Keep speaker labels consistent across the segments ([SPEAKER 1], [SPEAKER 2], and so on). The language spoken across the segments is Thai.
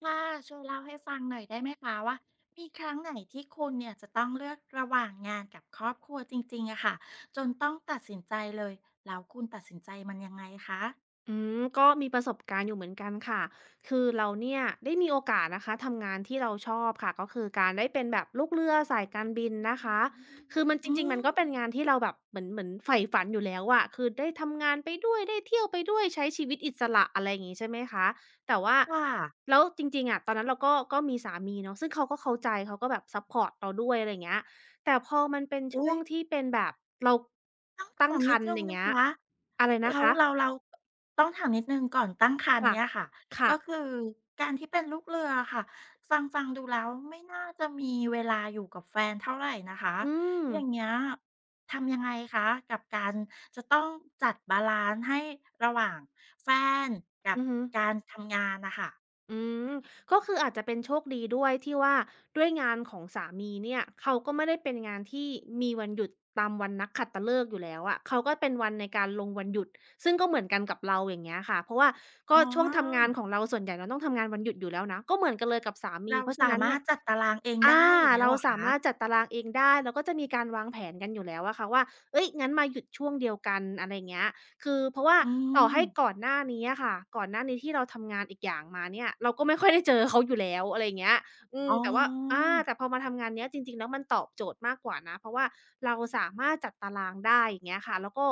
[SPEAKER 1] ค่ะช่วยเล่าให้ฟังหน่อยได้ไหมคะว่ามีครั้งไหนที่คุณเนี่ยจะต้องเลือกระหว่างงานกับครอบครัวจริงๆอะค่ะจนต้องตัดสินใจเลยแล้วคุณตัดสินใจมันยังไงคะ
[SPEAKER 2] ก็มีประสบการณ์อยู่เหมือนกันค่ะคือเราเนี่ยได้มีโอกาสนะคะทำงานที่เราชอบค่ะก็คือการได้เป็นแบบลูกเรือสายการบินนะคะคือมันจ
[SPEAKER 1] อื
[SPEAKER 2] ริงๆมันก็เป็
[SPEAKER 1] ม
[SPEAKER 2] นงานที่เราแบบเหมือนใฝ่ฝันอยู่แล้วอะคือได้ทำงานไปด้วยได้เที่ยวไปด้วยใช้ชีวิตอิสระอะไรอย่างงี้ใช่ไหมคะแต่ว่า
[SPEAKER 1] ค่ะ
[SPEAKER 2] แล้วจริงๆอะตอนนั้นเราก็มีสามีเนาะซึ่งเขาก็เข้าใจเขาก็แบบซัพพอร์ตเราด้วยอะไรอย่างเงี้ยแต่พอมันเป็น
[SPEAKER 1] อุ้
[SPEAKER 2] ช่ว
[SPEAKER 1] ย
[SPEAKER 2] งที่เป็นแบบเรา
[SPEAKER 1] ต้อง
[SPEAKER 2] ตั้ง
[SPEAKER 1] ถาม
[SPEAKER 2] ค
[SPEAKER 1] นิ
[SPEAKER 2] ร
[SPEAKER 1] ด
[SPEAKER 2] ร
[SPEAKER 1] ห
[SPEAKER 2] ภ์
[SPEAKER 1] นึ่
[SPEAKER 2] อ
[SPEAKER 1] ง
[SPEAKER 2] ย่าง
[SPEAKER 1] นะ
[SPEAKER 2] เงี้ย
[SPEAKER 1] คะ
[SPEAKER 2] อะไรนะ
[SPEAKER 1] แล้ว
[SPEAKER 2] คะ
[SPEAKER 1] เราต้องถามนิดหนึ่งก่อนตั้งครรภ์
[SPEAKER 2] ค่ะ
[SPEAKER 1] เนี่ยค่ะ
[SPEAKER 2] ค่ะ
[SPEAKER 1] ก็คือการที่เป็นลูกเรืออะค่ะฟังดูแล้วไม่น่าจะมีเวลาอยู่กับแฟนเท่าไรนะคะ
[SPEAKER 2] อืม
[SPEAKER 1] อย่างเงี้ยทำยังไงคะกับการจะต้องจัดบาลันซ์ให้ระหว่างแฟนกับ
[SPEAKER 2] อือฮึ
[SPEAKER 1] การทำงานน่ะค่ะ
[SPEAKER 2] อืมก็คืออาจจะเป็นโชคดีด้วยที่ว่าด้วยงานของสามีเนี่ยเขาก็ไม่ได้เป็นงานที่มีวันหยุดตามวันนักขัตฤกษ์อยู่แล้วอะเขาก็เป็นวันในการลงวันหยุดซึ่งก็เหมือนกันกับเราอย่างเงี้ยค่ะเพราะว่าก็
[SPEAKER 1] อ๋
[SPEAKER 2] ช่วงทำงาน
[SPEAKER 1] อ
[SPEAKER 2] ของเราส่วนใหญ่เราต้องทำงานวันหยุดอยู่แล้วนะก็เหมือนกันเลยกับสามี
[SPEAKER 1] เรา
[SPEAKER 2] เพราะฉะ
[SPEAKER 1] สา
[SPEAKER 2] นั้น
[SPEAKER 1] มา
[SPEAKER 2] เนี่
[SPEAKER 1] ร
[SPEAKER 2] ย
[SPEAKER 1] ถจัดตารางเอง
[SPEAKER 2] อา
[SPEAKER 1] ได้อย่างเงี้ย
[SPEAKER 2] เรา
[SPEAKER 1] เหรอ
[SPEAKER 2] สา
[SPEAKER 1] คะ
[SPEAKER 2] มารถจัดตารางเองได้เราก็จะมีการวางแผนกันอยู่แล้วอะค่ะว่าเฮ้ยงั้นมาหยุดช่วงเดียวกันอะไรเงี้ยคือเพราะว่า
[SPEAKER 1] อื
[SPEAKER 2] ต่อ
[SPEAKER 1] ม
[SPEAKER 2] ให้ก่อนหน้านี้อะค่ะก่อนหน้านี้ที่เราทำงานอีกอย่างมาเนี่ยเราก็ไม่ค่อยได้เจอเขาอยู่แล้วอะไรเงี้ย อืม
[SPEAKER 1] อ๋อ
[SPEAKER 2] แต่ว่าอาแต่พอมาทำงานเนี้ยจริงๆแล้วมันตอบโจทย์มากกว่านะเพราะว่าเราสามารถจัดตารางได้อย่างเงี้ยค่ะแล้วก็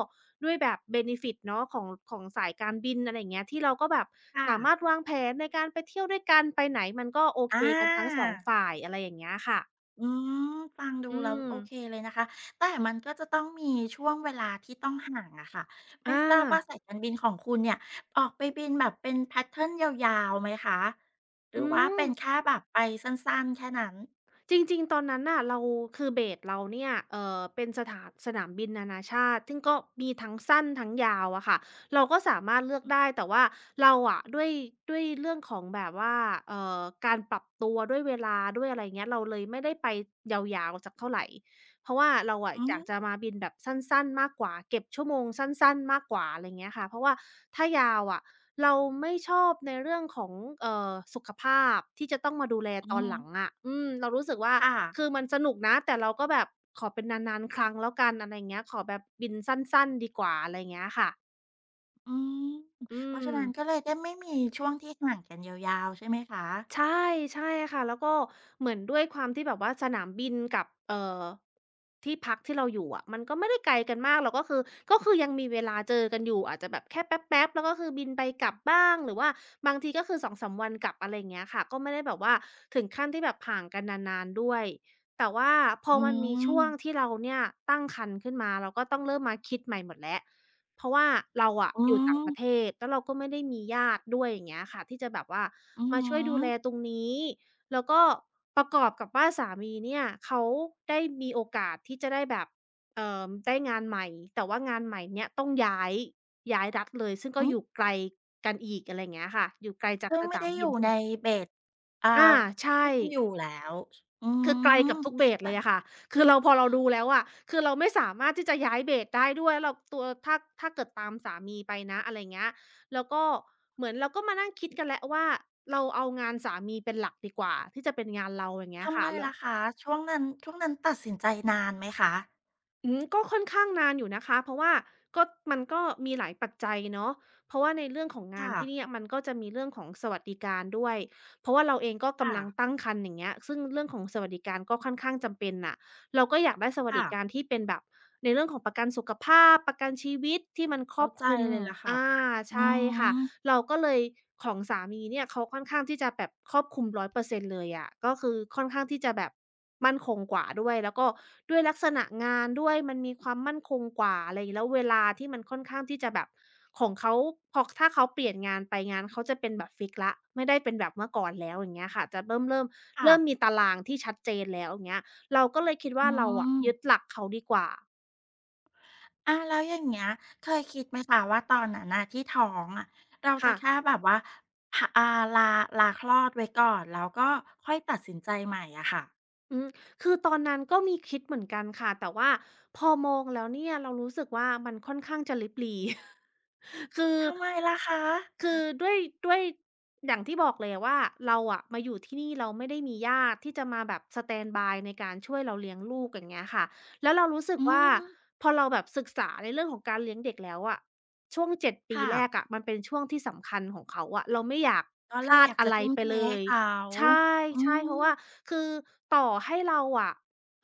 [SPEAKER 2] ด้วยแบบเบเนิฟิตเนาะของสายการบินอะไรอย่างเงี้ยที่เราก็แบบ
[SPEAKER 1] ค่ะ
[SPEAKER 2] สามารถวางแผนในการไปเที่ยวด้วยกันไปไหนมันก็โอเค
[SPEAKER 1] อา
[SPEAKER 2] กันทั้ง2ฝ่ายอะไรอย่างเงี้ยค่ะ
[SPEAKER 1] อืมฟังดู
[SPEAKER 2] อื
[SPEAKER 1] แล้วโอ
[SPEAKER 2] ม
[SPEAKER 1] เคเลยนะคะ แต่มันก็จะต้องมีช่วงเวลาที่ต้องห่างอะค่ะ ไม่
[SPEAKER 2] อา
[SPEAKER 1] ทราบว่าสายการบินของคุณเนี่ยออกไปบินแบบเป็นแพทเทิร์นยาวๆไหมคะ หรื
[SPEAKER 2] อื
[SPEAKER 1] อว่าเป็น
[SPEAKER 2] ม
[SPEAKER 1] แค่แบบไปสั้นๆแค่นั้น
[SPEAKER 2] จริงๆ ตอนนั้นน่ะเราคือเบสเราเนี่ยเป็นสถานสนามบินนานาชาติซึ่งก็มีทั้งสั้นทั้งยาวอะค่ะเราก็สามารถเลือกได้แต่ว่าเราอะด้วยเรื่องของแบบว่าเอ่อการปรับตัวด้วยเวลาด้วยอะไรอย่างเงี้ยเราเลยไม่ได้ไปยาวๆสักเท่าไรเพราะว่าเราอะ
[SPEAKER 1] อื
[SPEAKER 2] อ
[SPEAKER 1] ม
[SPEAKER 2] ยากจะมาบินแบบสั้นๆมากกว่าเก็บชั่วโมงสั้นๆมากกว่าอะไรอย่างเงี้ยค่ะเพราะว่าถ้ายาวอะ เราไม่ชอบในเรื่องของสุขภาพที่จะต้องมาดูแล
[SPEAKER 1] อื
[SPEAKER 2] ตอนห
[SPEAKER 1] ม
[SPEAKER 2] ลังอะอืม เรารู้สึกว่า
[SPEAKER 1] ค่ะ
[SPEAKER 2] คือมันสนุกนะแต่เราก็แบบขอเป็นนานๆครั้งแล้วกันอะไรอย่างเงี้ยขอแบบบินสั้นๆดีกว่าอะไรอย่างเงี้ยค่ะ
[SPEAKER 1] อืม
[SPEAKER 2] อื
[SPEAKER 1] เพราะ
[SPEAKER 2] ม
[SPEAKER 1] ฉะนั้นก็เลยได้ไม่มีช่วงที่ห่างกันยาวๆใช่ไหมคะ
[SPEAKER 2] ใช่ใช่ค่ะแล้วก็เหมือนด้วยความที่แบบว่าสนามบินกับอที่พักที่เราอยู่อะมันก็ไม่ได้ไกลกันมากเรากก็คือก็คือยังมีเวลาเจอกันอยู่อาจจะแบบแค่แป๊บๆแล้วก็คือบินไปกลับบ้างหรือว่าบางทีก็คือสองสามวันกลับอะไรอย่างเงี้ยค่ะก็ไม่ได้แบบว่าถึงขั้นที่แบบห่างกันนานๆด้วยแต่ว่าพอ
[SPEAKER 1] อื
[SPEAKER 2] มันมีช่วง
[SPEAKER 1] ม
[SPEAKER 2] ที่เราเนี่ยตั้งครรภ์ขึ้นมาเราก็ต้องเริ่มมาคิดใหม่หมดแล้วเพราะว่าเราอะ
[SPEAKER 1] อื
[SPEAKER 2] อยู่ต่า
[SPEAKER 1] ม
[SPEAKER 2] งประเทศแล้วเราก็ไม่ได้มีญาติด้วยอย่างเงี้ยค่ะที่จะแบบว่า
[SPEAKER 1] อือ
[SPEAKER 2] มาช่วยดูแลตรงนี้ แล้วก็ประกอบกับว่าสามีเนี่ยเขาได้มีโอกาสที่จะได้แบบได้งานใหม่ แต่ว่างานใหม่เนี่ยต้องย้ายย้ายรัฐเลยซึ่งก็อยู่ไกลกันอีกอะไรอย่างเงี้ยค่ะ อยู่ไกลจาก
[SPEAKER 1] ซึ่ง
[SPEAKER 2] ส
[SPEAKER 1] ไม่
[SPEAKER 2] นา
[SPEAKER 1] ได้
[SPEAKER 2] ม
[SPEAKER 1] อ
[SPEAKER 2] บิ
[SPEAKER 1] ยู่
[SPEAKER 2] นที่
[SPEAKER 1] ในเบสอ่า
[SPEAKER 2] อาใช่
[SPEAKER 1] ที่คุณอยู่แล้วอื
[SPEAKER 2] คือไกล
[SPEAKER 1] ม
[SPEAKER 2] กับทุกเบส
[SPEAKER 1] แล้
[SPEAKER 2] เล
[SPEAKER 1] ว
[SPEAKER 2] ยอะค่ะคือเราพอเราดูแล้วอะคือเราไม่สามารถที่จะย้ายเบสได้ด้วยเราตัวถ้าเกิดตามสามีไปนะอะไรเงี้ยแล้วก็เหมือนเราก็มานั่งคิดกันแล้วว่าเราเอางานสามีเป็นหลักดีกว่าที่จะเป็นงานเราอย่างเงี้ย
[SPEAKER 1] ทำไม
[SPEAKER 2] ค่ะแล้ว
[SPEAKER 1] ล่ะคะช่วงนั้นตัดสินใจนานไหมคะ
[SPEAKER 2] อืมก็ค่อนข้างนานอยู่นะคะเพราะว่าก็มันก็มีหลายปัจจัยเนาะเพราะว่าในเรื่องของงาน
[SPEAKER 1] ค่ะ
[SPEAKER 2] ที่เนี่ยมันก็จะมีเรื่องของสวัสดิการด้วยเพราะว่าเราเองก็
[SPEAKER 1] ค่ะ
[SPEAKER 2] กำลังตั้งครรภ์อย่างเงี้ยซึ่งเรื่องของสวัสดิการก็ค่อนข้างจำเป็นน่ะเราก็อยากได้สวัส
[SPEAKER 1] ค่ะ
[SPEAKER 2] ดิการที่เป็นแบบในเรื่องของประกันสุขภาพประกันชีวิตที่มันคร
[SPEAKER 1] เข้า
[SPEAKER 2] อบ
[SPEAKER 1] ใจ
[SPEAKER 2] คลุม
[SPEAKER 1] เลยล่ะค่ะ
[SPEAKER 2] อา
[SPEAKER 1] อื
[SPEAKER 2] ใช่ค่ะ
[SPEAKER 1] ม
[SPEAKER 2] เราก็เลยของสามีเนี่ยเขาค่อนข้างที่จะแบบครอบคลุม100%เปอร์เซ็นต์เลยอะก็คือค่อนข้างที่จะแบบมั่นคงกว่าด้วยแล้วก็ด้วยลักษณะงานด้วยมันมีความมั่นคงกว่าอะไรงี้แล้วเวลาที่มันค่อนข้างที่จะแบบของเขาพอถ้าเขาเปลี่ยนงานไปงานเขาจะเป็นแบบฟิกซ์แล้วไม่ได้เป็นแบบเมื่อก่อนแล้วอย่างเงี้ยค่ะจะเริ่มเริ่ม
[SPEAKER 1] ค่ะ
[SPEAKER 2] เริ่มมีตารางที่ชัดเจนแล้วอย่างเงี้ยเราก็เลยคิด
[SPEAKER 1] อื
[SPEAKER 2] ว่าเราอะ
[SPEAKER 1] ม
[SPEAKER 2] ยึดหลักเขาดีกว่า
[SPEAKER 1] อาแล้วอย่างเงี้ยเคยคิดไหมคะว่าตอนนั้นน่ะที่ท้องอะเราจะ
[SPEAKER 2] ค่ะ
[SPEAKER 1] แค่แบบว่าพอ่าลาลาคลอดไว้ก่อนแล้วก็ค่อยตัดสินใจใหม่อะค่ะ
[SPEAKER 2] อืมคือตอนนั้นก็มีคิดเหมือนกันค่ะแต่ว่าพอมองแล้วเนี่ยเรารู้สึกว่ามันค่อนข้างจะลิบหรี่ คือ
[SPEAKER 1] ทำไมล่ะคะ
[SPEAKER 2] คือด้วยด้วยอย่างที่บอกเลยว่าเราอะมาอยู่ที่นี่เราไม่ได้มีญาติที่จะมาแบบสแตนบายในการช่วยเราเลี้ยงลูกอย่างเงี้ยค่ะแล้วเรารู้สึ
[SPEAKER 1] อื
[SPEAKER 2] กว่า
[SPEAKER 1] ม
[SPEAKER 2] พอเราแบบศึกษาในเรื่องของการเลี้ยงเด็กแล้วอะช่วง7ปี
[SPEAKER 1] ค่ะ
[SPEAKER 2] แรกอะมันเป็นช่วงที่สำคัญของเขาอะเราไม่อยาก
[SPEAKER 1] ก็
[SPEAKER 2] พ
[SPEAKER 1] เลย
[SPEAKER 2] ลา
[SPEAKER 1] อ
[SPEAKER 2] ด
[SPEAKER 1] ยาก
[SPEAKER 2] อะ
[SPEAKER 1] จะ
[SPEAKER 2] ไร
[SPEAKER 1] ทุ่ม
[SPEAKER 2] ไป
[SPEAKER 1] เท
[SPEAKER 2] เล
[SPEAKER 1] ให้
[SPEAKER 2] ย
[SPEAKER 1] เขา
[SPEAKER 2] ใช่
[SPEAKER 1] อื
[SPEAKER 2] ใช่เพ
[SPEAKER 1] ม
[SPEAKER 2] ราะว่า คือต่อให้เราอะ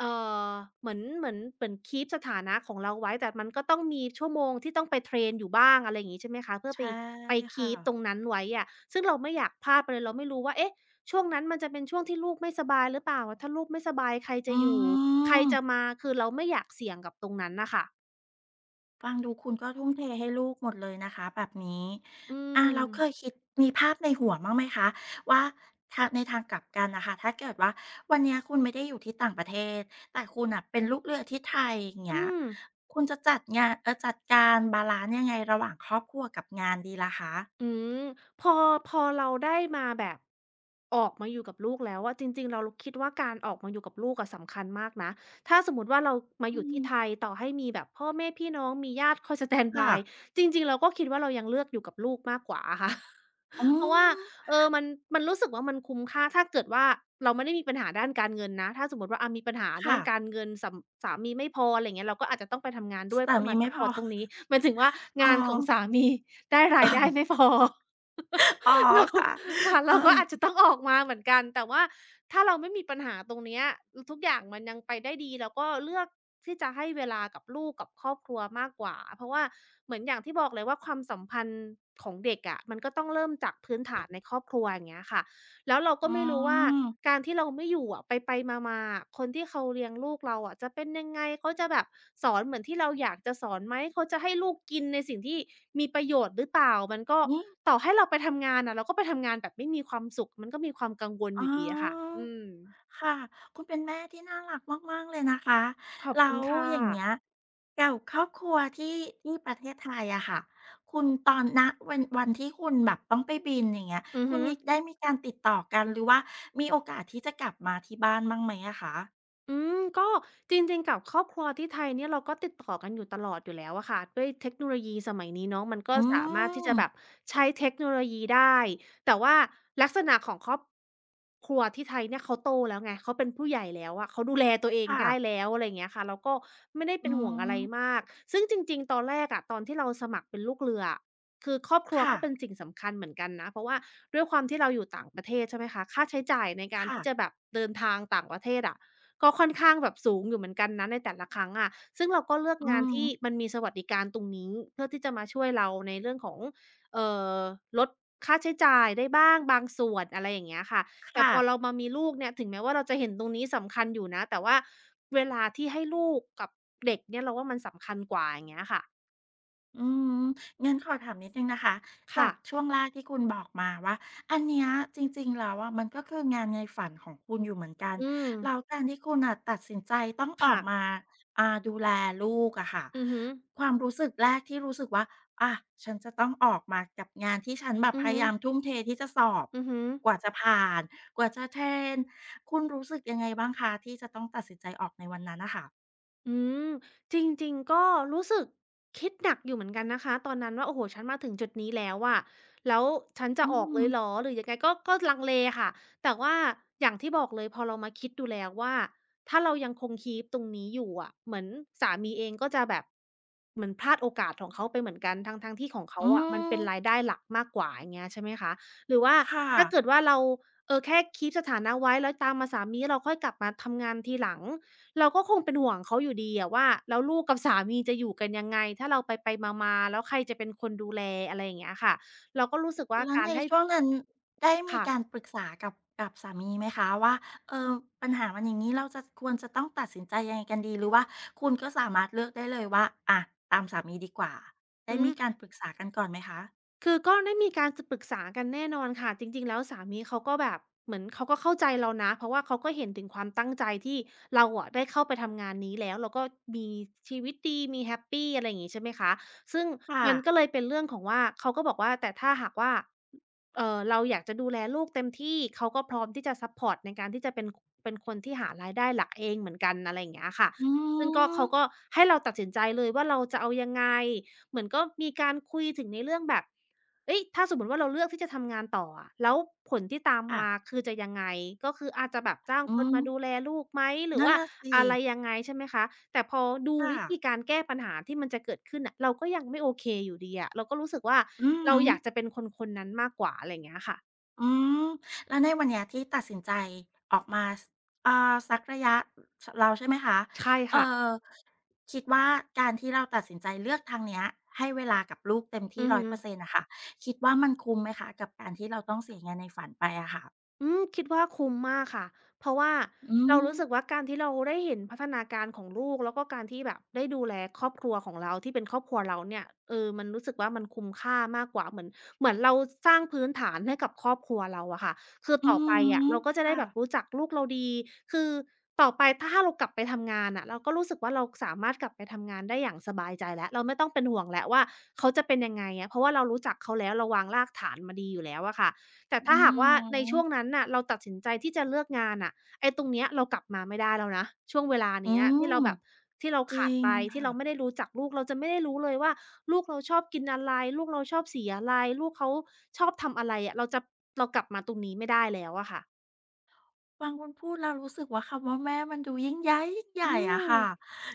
[SPEAKER 2] เอ่อเหมือนคีปสถานะของเราไว้แต่มันก็ต้องมีชั่วโมงที่ต้องไปเทรนอยู่บ้างอะไรอย่างงี้ใช่ไหมคะเพื่อไป
[SPEAKER 1] ใช่
[SPEAKER 2] ไปคี
[SPEAKER 1] ค่ะ
[SPEAKER 2] ปตรงนั้นไว้อะซึ่งเราไม่อยากพลาดไปเลยเราไม่รู้ว่าเอ๊ะช่วงนั้นมันจะเป็นช่วงที่ลูกไม่สบายหรือเปล่าถ้าลูกไม่สบายใครจะ
[SPEAKER 1] อื
[SPEAKER 2] อยู่ใคร
[SPEAKER 1] ม
[SPEAKER 2] จะมาคือเราไม่อยากเสี่ยงกับตรงนั้นน่ะค่ะ
[SPEAKER 1] ฟังดูคุณก็ทุ่มเทให้ลูกหมดเลยนะคะแบบนี้
[SPEAKER 2] อื
[SPEAKER 1] อาเราว
[SPEAKER 2] ม
[SPEAKER 1] เคยคิดมีภาพในหัวบ้างไหมคะว่าทางในทางกลับกันนะคะถ้าเกิดว่าวันเนี้ยคุณไม่ได้อยู่ที่ต่างประเทศแต่คุณอ่ะเป็นลูกเรือที่ไทยอย่าง
[SPEAKER 2] อื
[SPEAKER 1] เงี้ย
[SPEAKER 2] ม
[SPEAKER 1] คุณจะจัดงานเออจัดการบาลานซ์ยังไงระหว่างครอบครัวกับงานดีล่ะคะ
[SPEAKER 2] อืมพอพอเราได้มาแบบออกมาอยู่กับลูกแล้วอะจริงๆเราคิดว่าการออกมาอยู่กับลูกอะสำคัญมากนะถ้าสมมุติว่าเรามาอ
[SPEAKER 1] อื
[SPEAKER 2] ยู่ที่
[SPEAKER 1] ม
[SPEAKER 2] ไทยต่อให้มีแบบพ่อแม่พี่น้องมีญาติคอย สแตนด์
[SPEAKER 1] ค่ะ
[SPEAKER 2] บายจริงๆเราก็คิดว่าเรายังเลือกอยู่กับลูกมากกว่าอะค่ะ
[SPEAKER 1] อื
[SPEAKER 2] เพราะว่า
[SPEAKER 1] ม
[SPEAKER 2] เออมันรู้สึกว่ามันคุ้มค่าถ้าเกิดว่าเราไม่ได้มีปัญหาด้านการเงินนะถ้าสมมุติว่าอะมีปัญหาด้า
[SPEAKER 1] ค่ะ
[SPEAKER 2] นการเงินสำสามีไม่พออะไรอย่างเงี้ยเราก็อาจจะต้องไปทำงานด้วย
[SPEAKER 1] สา
[SPEAKER 2] เพื่อ
[SPEAKER 1] มี
[SPEAKER 2] มาซั
[SPEAKER 1] ไม่
[SPEAKER 2] ป
[SPEAKER 1] พ
[SPEAKER 2] พอ
[SPEAKER 1] อ
[SPEAKER 2] ร์ตตรงนี้หมายถึงว่า
[SPEAKER 1] อ๋อ
[SPEAKER 2] งานของสามี ได้รายได้ไม่ พอ
[SPEAKER 1] อ๋อ
[SPEAKER 2] เรา
[SPEAKER 1] ค่ะ
[SPEAKER 2] ค่ะ
[SPEAKER 1] เออ
[SPEAKER 2] เราก็อาจจะต้องออกมาเหมือนกันแต่ว่าถ้าเราไม่มีปัญหาตรงเนี้ยทุกอย่างมันยังไปได้ดีเราก็เลือกที่จะให้เวลากับลูกกับครอบครัวมากกว่าเพราะว่าเหมือนอย่างที่บอกเลยว่าความสัมพันธ์ของเด็กอะะมันก็ต้องเริ่มจากพื้นฐานในครอบครัวอย่างเงี้ยค่ะ แล้วเราก็
[SPEAKER 1] อื
[SPEAKER 2] ไม่รู้ว่า
[SPEAKER 1] ม
[SPEAKER 2] การที่เราไม่อยู่อะไปไปมาๆอะคนที่เขาเลี้ยงลูกเราอะจะเป็นยังไงเขาจะแบบสอนเหมือนที่เราอยากจะสอนไหมเขาจะให้ลูกกินในสิ่งที่มีประโยชน์หรือเปล่ามันก็
[SPEAKER 1] อืม
[SPEAKER 2] ต่อให้เราไปทำงานอะเราก็ไปทำงานแบบไม่มีความสุขมันก็มีความกังวลอ
[SPEAKER 1] อ๋
[SPEAKER 2] ยู่ดีอะค่ะ
[SPEAKER 1] อ
[SPEAKER 2] อืม
[SPEAKER 1] ค่ะ คุณเป็นแม่ที่น่ารักมากๆเลยนะคะ
[SPEAKER 2] ขอบคุ
[SPEAKER 1] แล้
[SPEAKER 2] ณ
[SPEAKER 1] ว
[SPEAKER 2] ค่ะ
[SPEAKER 1] อย่างเงี้ยกับครอบครัวที่ประเทศไทยอะค่ะคุณตอนณวันที่คุณแบบต้องไปบินอย่างเงี้ย
[SPEAKER 2] อือ
[SPEAKER 1] คุณ
[SPEAKER 2] ฮึ
[SPEAKER 1] มีได้มีการติดต่อกันหรือว่ามีโอกาสที่จะกลับมาที่บ้านบ้างไหมอะคะ
[SPEAKER 2] อืมก็จริงๆกับครอบครัวที่ไทยเนี่ยเราก็ติดต่อกันอยู่ตลอดอยู่แล้วอะค่ะด้วยเทคโนโลยีสมัยนี้เนาะมันก็
[SPEAKER 1] อื
[SPEAKER 2] สามารถที่จะ
[SPEAKER 1] ม
[SPEAKER 2] แบบใช้เทคโนโลยีได้แต่ว่าลักษณะของครอบครัวที่ไทยเนี่ยเขาโตแล้วไงเขาเป็นผู้ใหญ่แล้วอะเขาดูแลตัวเอง
[SPEAKER 1] ค่ะ
[SPEAKER 2] ได้แล้วอะไรอย่างเงี้ยค่ะเราก็ไม่ได้
[SPEAKER 1] อื
[SPEAKER 2] เป็นห่วงอะไร
[SPEAKER 1] ม
[SPEAKER 2] มากซึ่งจริงๆตอนแรกอะตอนที่เราสมัครเป็นลูกเรืออะคือครอบครัว
[SPEAKER 1] ค่ะ
[SPEAKER 2] ก็เป็นสิ่งสำคัญเหมือนกันนะเพราะว่าด้วยความที่เราอยู่ต่างประเทศใช่ไหมคะค่าใช้จ่ายในการ
[SPEAKER 1] ค่ะ
[SPEAKER 2] ที่จะแบบเดินทางต่างประเทศอะ ก็ค่อนข้างแบบสูงอยู่เหมือนกันนะในแต่ละครั้งอะซึ่งเราก็เลือก
[SPEAKER 1] อื
[SPEAKER 2] งาน
[SPEAKER 1] ม
[SPEAKER 2] ที่มันมีสวัสดิการตรงนี้เพื่อที่จะมาช่วยเราในเรื่องของเอ่อลดค่าใช้จ่ายได้บ้างบางส่วนอะไรอย่างเงี้ยค่ะแต่
[SPEAKER 1] ค่ะ
[SPEAKER 2] พอเรามามีลูกเนี่ยถึงแม้ว่าเราจะเห็นตรงนี้สำคัญอยู่นะแต่ว่าเวลาที่ให้ลูกกับเด็กเนี่ยเราว่ามันสำคัญกว่าอย่างเงี้ยค่ะ
[SPEAKER 1] อืมงั้นขอถามนิดนึงนะคะจา
[SPEAKER 2] ค่ะ
[SPEAKER 1] กช่วงแรกที่คุณบอกมาว่าอันเนี้ยจริงๆแล้วอะมันก็คืองานในฝันของคุณอยู่เหมือนกัน
[SPEAKER 2] อืม
[SPEAKER 1] แล้วการที่คุณอ่ะตัดสินใจต้องออก
[SPEAKER 2] ค่ะ
[SPEAKER 1] มาอ่าดูแลลูกอะค่ะ
[SPEAKER 2] อือฮึ
[SPEAKER 1] ความรู้สึกแรกที่รู้สึกว่าอะฉันจะต้องออกมากับงานที่ฉันแบบ
[SPEAKER 2] อื
[SPEAKER 1] พ
[SPEAKER 2] อฮึ
[SPEAKER 1] ยายามทุ่มเทที่จะสอบ
[SPEAKER 2] อือฮึ
[SPEAKER 1] กว่าจะผ่านกว่าจะเทรนคุณรู้สึกยังไงบ้างคะที่จะต้องตัดสินใจออกในวันนั้นนะคะ
[SPEAKER 2] อืมจริงๆก็รู้สึกคิดหนักอยู่เหมือนกันนะคะตอนนั้นว่าโอ้โฮฉันมาถึงจุดนี้แล้วอะแล้วฉันจะ
[SPEAKER 1] อื
[SPEAKER 2] ออก
[SPEAKER 1] ม
[SPEAKER 2] เลยเหรอหรือยังไงก็ลังเลค่ะแต่ว่าอย่างที่บอกเลยพอเรามาคิดดูแล้วว่าถ้าเรายังคง keep ตรงนี้อยู่อะเหมือนสามีเองก็จะแบบเหมือนพลาดโอกาสของเขาไปเหมือนกันทั้งๆที่ของเขา
[SPEAKER 1] อื
[SPEAKER 2] อะมัน
[SPEAKER 1] ม
[SPEAKER 2] เป็นรายได้หลักมากกว่าอย่างเงี้ยใช่ไหมคะหรือว่า
[SPEAKER 1] ค่ะ
[SPEAKER 2] ถ้าเกิดว่าเราเออแค่ keep สถานะไว้แล้วตามมาสามีแล้วเราค่อยกลับมาทำงานทีหลัง เราก็คงเป็นห่วงเขาอยู่ดีอะว่าแล้วลูกกับสามีจะอยู่กันยังไงถ้าเราไปๆมาๆแล้วใครจะเป็นคนดูแลอะไรอย่างเงี้ยค่ะเราก็รู้สึกว่า
[SPEAKER 1] แล้ว
[SPEAKER 2] การ
[SPEAKER 1] ใน
[SPEAKER 2] ให้
[SPEAKER 1] ช่วงนั้นได้มีการ
[SPEAKER 2] ค่ะ
[SPEAKER 1] ปรึกษากับกับสามีไหมคะว่าเออปัญหามันอย่างงี้เราจะควรจะต้องตัดสินใจยังไงกันดีหรือว่าคุณก็สามารถเลือกได้เลยว่าอะตามสามีดีกว่าได้
[SPEAKER 2] อื
[SPEAKER 1] มี
[SPEAKER 2] ม
[SPEAKER 1] การปรึกษากันก่อนไหมคะ
[SPEAKER 2] คือก็ได้มีการจะปรึกษากันแน่นอนค่ะจริงๆแล้วสามีเขาก็แบบเหมือนเขาก็เข้าใจเรานะเพราะว่าเขาก็เห็นถึงความตั้งใจที่เราอะได้เข้าไปทำงานนี้แล้วเราก็มีชีวิตดีมีแฮปปีอะไรอย่างงี้ใช่ไหมคะซึ่ง
[SPEAKER 1] ค่ะ
[SPEAKER 2] มันก็เลยเป็นเรื่องของว่าเขาก็บอกว่าแต่ถ้าหากว่า เราอยากจะดูแลลูกเต็มที่เขาก็พร้อมที่จะซัปพอร์ตในการที่จะเป็นเป็นคนที่หารายได้หลักเองเหมือนกันอะไรอย่างเงี้ยค่ะ
[SPEAKER 1] อื
[SPEAKER 2] ซึ่งก็
[SPEAKER 1] ม
[SPEAKER 2] เขาก็ให้เราตัดสินใจเลยว่าเราจะเอายังไงเหมือนก็มีการคุยถึงในเรื่องแบบ เฮ้ยถ้าสมมุติว่าเราเลือกที่จะทำงานต่ออะแล้วผลที่ตาม
[SPEAKER 1] ค่ะ
[SPEAKER 2] มาคือจะยังไงก็คืออาจจะแบบจ้าง
[SPEAKER 1] อื
[SPEAKER 2] คน
[SPEAKER 1] ม
[SPEAKER 2] มาดูแลลูกไหมหรือ
[SPEAKER 1] นั่น
[SPEAKER 2] ว่า
[SPEAKER 1] น่ะสิ
[SPEAKER 2] อะไรยังไงใช่ไหมคะแต่พอดู
[SPEAKER 1] ค่ะ
[SPEAKER 2] วิธีการแก้ปัญหาที่มันจะเกิดขึ้นน่ะเราก็ยังไม่โอเคอยู่ดีอะเราก็รู้สึกว่า
[SPEAKER 1] อือ
[SPEAKER 2] เรา
[SPEAKER 1] ฮึ
[SPEAKER 2] อยากจะเป็นคนๆนั้นมากกว่าอะไรอย่างเงี้ยค่ะ
[SPEAKER 1] อืมแล้วในวันเนี้ยที่ตัดสินใจออกมาสสักระยะชแล้วใช่ไหมคะ
[SPEAKER 2] ใช่
[SPEAKER 1] เอ่
[SPEAKER 2] ค่ะ
[SPEAKER 1] อคิดว่าการที่เราตัดสินใจเลือกทางเนี้ยให้เวลากับลูกเต็ม
[SPEAKER 2] อื
[SPEAKER 1] ที่
[SPEAKER 2] อ
[SPEAKER 1] ร้อย
[SPEAKER 2] ฮึ
[SPEAKER 1] เปอร์เซนระค่ะคิดว่ามันคุ้มไหมคะกับการที่เราต้องเสียเงินในฝันไปอะค่ะ
[SPEAKER 2] อืมคิดว่าคุ้มมากค่ะ เพราะว่า
[SPEAKER 1] อื
[SPEAKER 2] เรา
[SPEAKER 1] ม
[SPEAKER 2] รู้สึกว่าการที่เราได้เห็นพัฒนาการของลูกแล้วก็การที่แบบได้ดูแลครอบครัวของเราที่เป็นครอบครัวเราเนี่ยเออมันรู้สึกว่ามันคุ้มค่ามากกว่าเหมือนเหมือนเราสร้างพื้นฐานให้กับครอบครัวเราอะค่ะคือ
[SPEAKER 1] อื
[SPEAKER 2] ต่
[SPEAKER 1] อ
[SPEAKER 2] อ
[SPEAKER 1] ฮึ
[SPEAKER 2] ไปอะเราก็จะได้
[SPEAKER 1] ค่ะ
[SPEAKER 2] แบบรู้จักลูกเราดีคือต่อไปถ้าเรากลับไปทำงานอะเราก็รู้สึกว่าเราสามารถกลับไปทำงานได้อย่างสบายใจแล้วเราไม่ต้องเป็นห่วงแล้วว่าเขาจะเป็นยังไงอะเพราะว่าเรารู้จักเขาแล้วเราวางรากฐานมาดีอยู่แล้วอะค่ะ แต่ถ้า
[SPEAKER 1] อือ
[SPEAKER 2] หากว่าใน
[SPEAKER 1] ฮึ
[SPEAKER 2] ช่วงนั้นน่ะเราตัดสินใจที่จะเลือกงานน่ะไอ้ตรงเนี้ยเรากลับมาไม่ได้แล้วนะช่วงเวลา
[SPEAKER 1] อื
[SPEAKER 2] เนี้ยที่เรา
[SPEAKER 1] ม
[SPEAKER 2] แบบที่เรา
[SPEAKER 1] จริ
[SPEAKER 2] ขาด
[SPEAKER 1] ง
[SPEAKER 2] ไปที่เราไม่ได้
[SPEAKER 1] ค่ะ
[SPEAKER 2] รู้จักลูกเราจะไม่ได้รู้เลยว่าลูกเราชอบกินอะไรลูกเราชอบสีอะไรลูกเขาชอบทำอะไรอะเราจะเรากลับมาตรงนี้ไม่ได้แล้วอะค่ะ
[SPEAKER 1] ฟังคุณพูดแล้วรู้สึกว่าคำว่าแม่มันดูยิ่งยหญยิ่งให
[SPEAKER 2] อื
[SPEAKER 1] ญ่อะ
[SPEAKER 2] ม
[SPEAKER 1] ค่ะ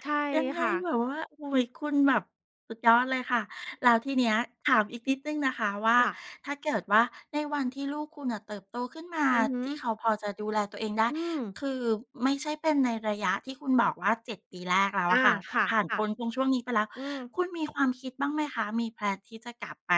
[SPEAKER 2] ใช่
[SPEAKER 1] ยังไง
[SPEAKER 2] ค่ะ
[SPEAKER 1] แบบว่าโอ้ยคุณแบบสุดยอดเลยค่ะแล้วทีเนี้ยถามอีกนิดหนึ่งนะคะว่า
[SPEAKER 2] ค่ะ
[SPEAKER 1] ถ้าเกิดว่าในวันที่ลูกคุณน่ะเติบโตขึ้นมา
[SPEAKER 2] อือฮึ
[SPEAKER 1] ที่เขาพอจะดูแลตัวเองได้
[SPEAKER 2] อืม
[SPEAKER 1] คือไม่ใช่เป็นในระยะที่คุณบอกว่า7ปีแรกแล้วอะ
[SPEAKER 2] อา
[SPEAKER 1] ค่ะผ
[SPEAKER 2] ค่
[SPEAKER 1] ผ่าน
[SPEAKER 2] ะ
[SPEAKER 1] พ้นตรงช่วงนี้ไปแล้ว
[SPEAKER 2] ๆอืม
[SPEAKER 1] คุณมีความคิดบ้างไหมคะมีแพลนที่จะกลับไป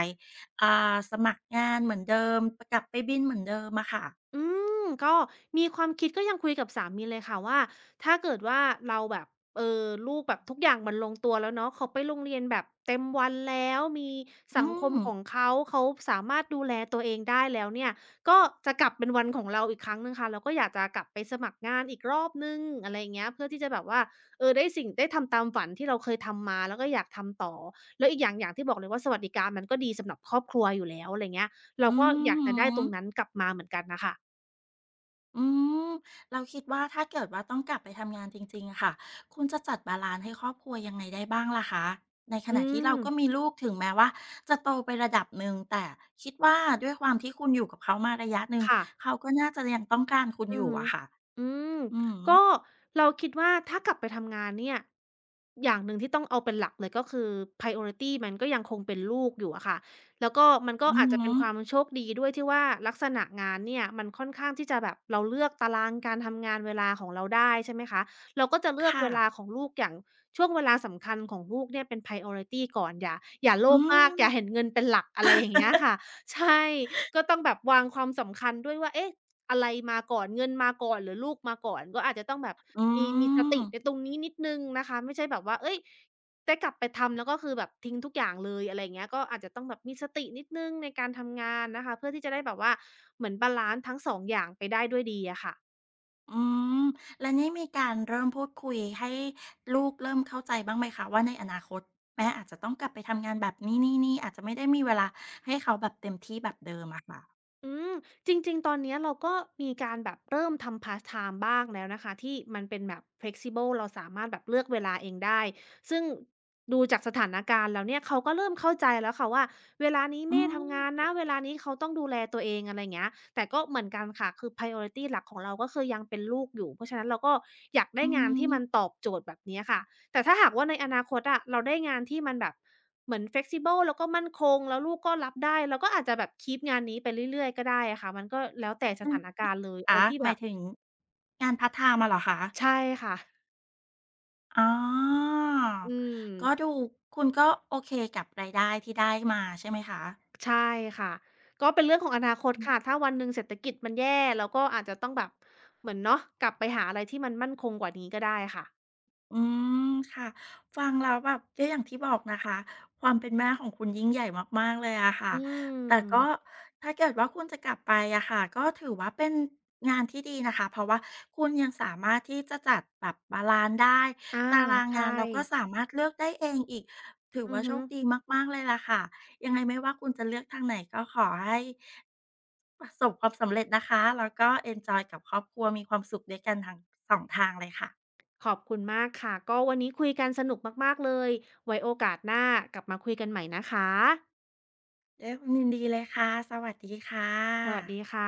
[SPEAKER 1] อ่าสมัครงานเหมือนเดิมกลับไปบินเหมือนเดิมอะค่ะ
[SPEAKER 2] อืมก็มีความคิดก็ยังคุยกับสามีเลยค่ะว่าถ้าเกิดว่าเราแบบเออลูกแบบทุกอย่างมันลงตัวแล้วเนาะเขาไปโรงเรียนแบบเต็มวันแล้วมี
[SPEAKER 1] อื
[SPEAKER 2] สังคม
[SPEAKER 1] ม
[SPEAKER 2] ของเขาเขาสามารถดูแลตัวเองได้แล้วเนี่ยก็จะกลับเป็นวันของเราอีกครั้งหนึ่งค่ะเราก็อยากจะกลับไปสมัครงานอีกรอบหนึ่งอะไรอย่างเงี้ยเพื่อที่จะแบบว่าเออได้สิ่งได้ทำตามฝันที่เราเคยทำมาแล้วก็อยากทำต่อแล้วอีกอย่างอย่างที่บอกเลยว่าสวัสดิการมันก็ดีสำหรับครอบครัวอยู่แล้วอะไรเงี้ยเรา
[SPEAKER 1] อื
[SPEAKER 2] ก็อยากจะได้
[SPEAKER 1] อ
[SPEAKER 2] ตรงนั้นกลับมาเหมือนกันน่ะค่ะ
[SPEAKER 1] อืมเราคิดว่าถ้าเกิดว่าต้องกลับไปทำงานจริงๆอะค่ะคุณจะจัดบาลานซ์ให้ครอบครัวยังไงได้บ้างล่ะคะในข
[SPEAKER 2] อื
[SPEAKER 1] ณะที่เรา
[SPEAKER 2] ม
[SPEAKER 1] ก็มีลูกถึงแม้ว่าจะโตไประดับหนึ่งแต่คิดว่าด้วยความที่คุณอยู่กับเขามาระยะหนึ่ง
[SPEAKER 2] ค่ะ
[SPEAKER 1] เขาก็น่าจะยังต้องการคุณอ
[SPEAKER 2] อือ
[SPEAKER 1] ยู่
[SPEAKER 2] ฮึ
[SPEAKER 1] อะค่ะ
[SPEAKER 2] อืม
[SPEAKER 1] อืม
[SPEAKER 2] ก็เราคิดว่าถ้ากลับไปทำงานเนี่ยอย่างหนึ่งที่ต้องเอาเป็นหลักเลยก็คือ priority มันก็ยังคงเป็นลูกอยู่อะค่ะแล้วก็มันก็
[SPEAKER 1] อื
[SPEAKER 2] อาจจะเป็นความ
[SPEAKER 1] ม
[SPEAKER 2] โชคดีด้วยที่ว่าลักษณะงานเนี่ยมันค่อนข้างที่จะแบบเราเลือกตารางการทำงานเวลาของเราได้ใช่ไหมคะเราก็จะเลือก
[SPEAKER 1] ค่ะ
[SPEAKER 2] เวลาของลูกอย่างช่วงเวลาสำคัญของลูกเนี่ยเป็น priority ก่อนอย่าโล
[SPEAKER 1] อื
[SPEAKER 2] ภมากอย่าเห็น
[SPEAKER 1] ม
[SPEAKER 2] เงินเป็นหลักอะไรอย่างเงี้ยค่ะใช่ก็ต้องแบบวางความสำคัญด้วยว่าเอ๊ะ อะไรมาก่อนเงินมาก่อนหรือลูกมาก่อนก็อาจจะต้องแบบ
[SPEAKER 1] อื
[SPEAKER 2] มีส
[SPEAKER 1] ม
[SPEAKER 2] ติในตรงนี้นิดหนึ่งนะคะไม่ใช่แบบว่าเฮ้ยได้กลับไปทำแล้วก็คือแบบทิ้งทุกอย่างเลยอะไรอย่างเงี้ยก็อาจจะต้องแบบมีสตินิดหนึ่งในการทำงานนะคะเพื่อที่จะได้แบบว่าเหมือนบาลันซ์ทั้ง2องอย่างไปได้ด้วยดีอะค่ะ
[SPEAKER 1] อืมแล้วนี่มีการเริ่มพูดคุยให้ลูกเริ่มเข้าใจบ้างไหมคะว่าในอนาคตแม่อาจจะต้องกลับไปทำงานแบบนี้นี่อาจจะไม่ได้มีเวลาให้เขาแบบเต็มที่แบบเดิมอะค่ะ
[SPEAKER 2] อืมจริงๆ ตอนเนี้ยเราก็มีการแบบเริ่มทำพาร์ตไทม์บ้างแล้วนะคะที่มันเป็นแบบ flexible เราสามารถแบบเลือกเวลาเองได้ซึ่งดูจากสถานการณ์แล้วเนี่ยเขาก็เริ่มเข้าใจแล้วค่ะว่าเวลานี้
[SPEAKER 1] อื
[SPEAKER 2] แม่
[SPEAKER 1] ม
[SPEAKER 2] ทำงานนะเวลานี้เขาต้องดูแลตัวเองอะไรอย่างเงี้ยแต่ก็เหมือนกันค่ะคือ priority หลักของเราก็คือยังเป็นลูกอยู่เพราะฉะนั้นเราก็อยากได้
[SPEAKER 1] อื
[SPEAKER 2] งาน
[SPEAKER 1] ม
[SPEAKER 2] ที่มันตอบโจทย์แบบเนี้ยค่ะ แต่ถ้าหากว่าในอนาคตอะเราได้งานที่มันแบบเหมือน flexible แล้วก็มั่นคงแล้วลูกก็รับได้เราก็อาจจะแบบ keep งานนี้ไปเรื่อยๆก็ได้อะค่ะมันก็แล้วแต่ส
[SPEAKER 1] อืม
[SPEAKER 2] ถานการณ์เลยเอา
[SPEAKER 1] คะ
[SPEAKER 2] ที่
[SPEAKER 1] ห
[SPEAKER 2] แบ
[SPEAKER 1] มาย
[SPEAKER 2] บ
[SPEAKER 1] ถึงงานพาร์าไทม์มาเหรอคะ
[SPEAKER 2] ใช่ค่ะ
[SPEAKER 1] อ๋อ
[SPEAKER 2] อืม
[SPEAKER 1] ก็ดูคุณก็โอเคกับรายได้ที่ได้มาใช่ไหมคะ
[SPEAKER 2] ใช่ค่ะก็เป็นเรื่องของอนาคตค่ะถ้าวันหนึ่งเศรษฐกิจมันแย่เราก็อาจจะต้องแบบเหมือนเนาะกลับไปหาอะไรที่มันมั่นคงกว่านี้ก็ได้ค่ะ
[SPEAKER 1] อืมค่ะฟังแล้วแบบก็อย่างที่บอกนะคะความเป็นแม่ของคุณยิ่งใหญ่มากๆเลยอะค่ะ
[SPEAKER 2] อืม
[SPEAKER 1] แต่ก็ถ้าเกิดว่าคุณจะกลับไปอะค่ะก็ถือว่าเป็นงานที่ดีนะคะเพราะว่าคุณยังสามารถที่จะจัดแบบบาลันซ์ได้
[SPEAKER 2] อา
[SPEAKER 1] ตาราง
[SPEAKER 2] ใช่
[SPEAKER 1] งานเราก็สามารถเลือกได้เองอีกถือ
[SPEAKER 2] อือ
[SPEAKER 1] ว่าโช
[SPEAKER 2] ฮึ
[SPEAKER 1] คดีมากๆเลยล่ะค่ะยังไงไม่ว่าคุณจะเลือกทางไหนก็ขอให้ประสบความสำเร็จนะคะแล้วก็เอนจอยกับครอบครัวมีความสุขด้วยกันทั้งสองทางเลยค่ะ
[SPEAKER 2] ขอบคุณมากค่ะก็วันนี้คุยกันสนุกมากๆเลยไว้โอกาสหน้ากลับมาคุยกันใหม่นะคะ
[SPEAKER 1] ด้วยความยินดีเลยค่ะ สวัสดีค่ะ
[SPEAKER 2] สวัสดีค่ะ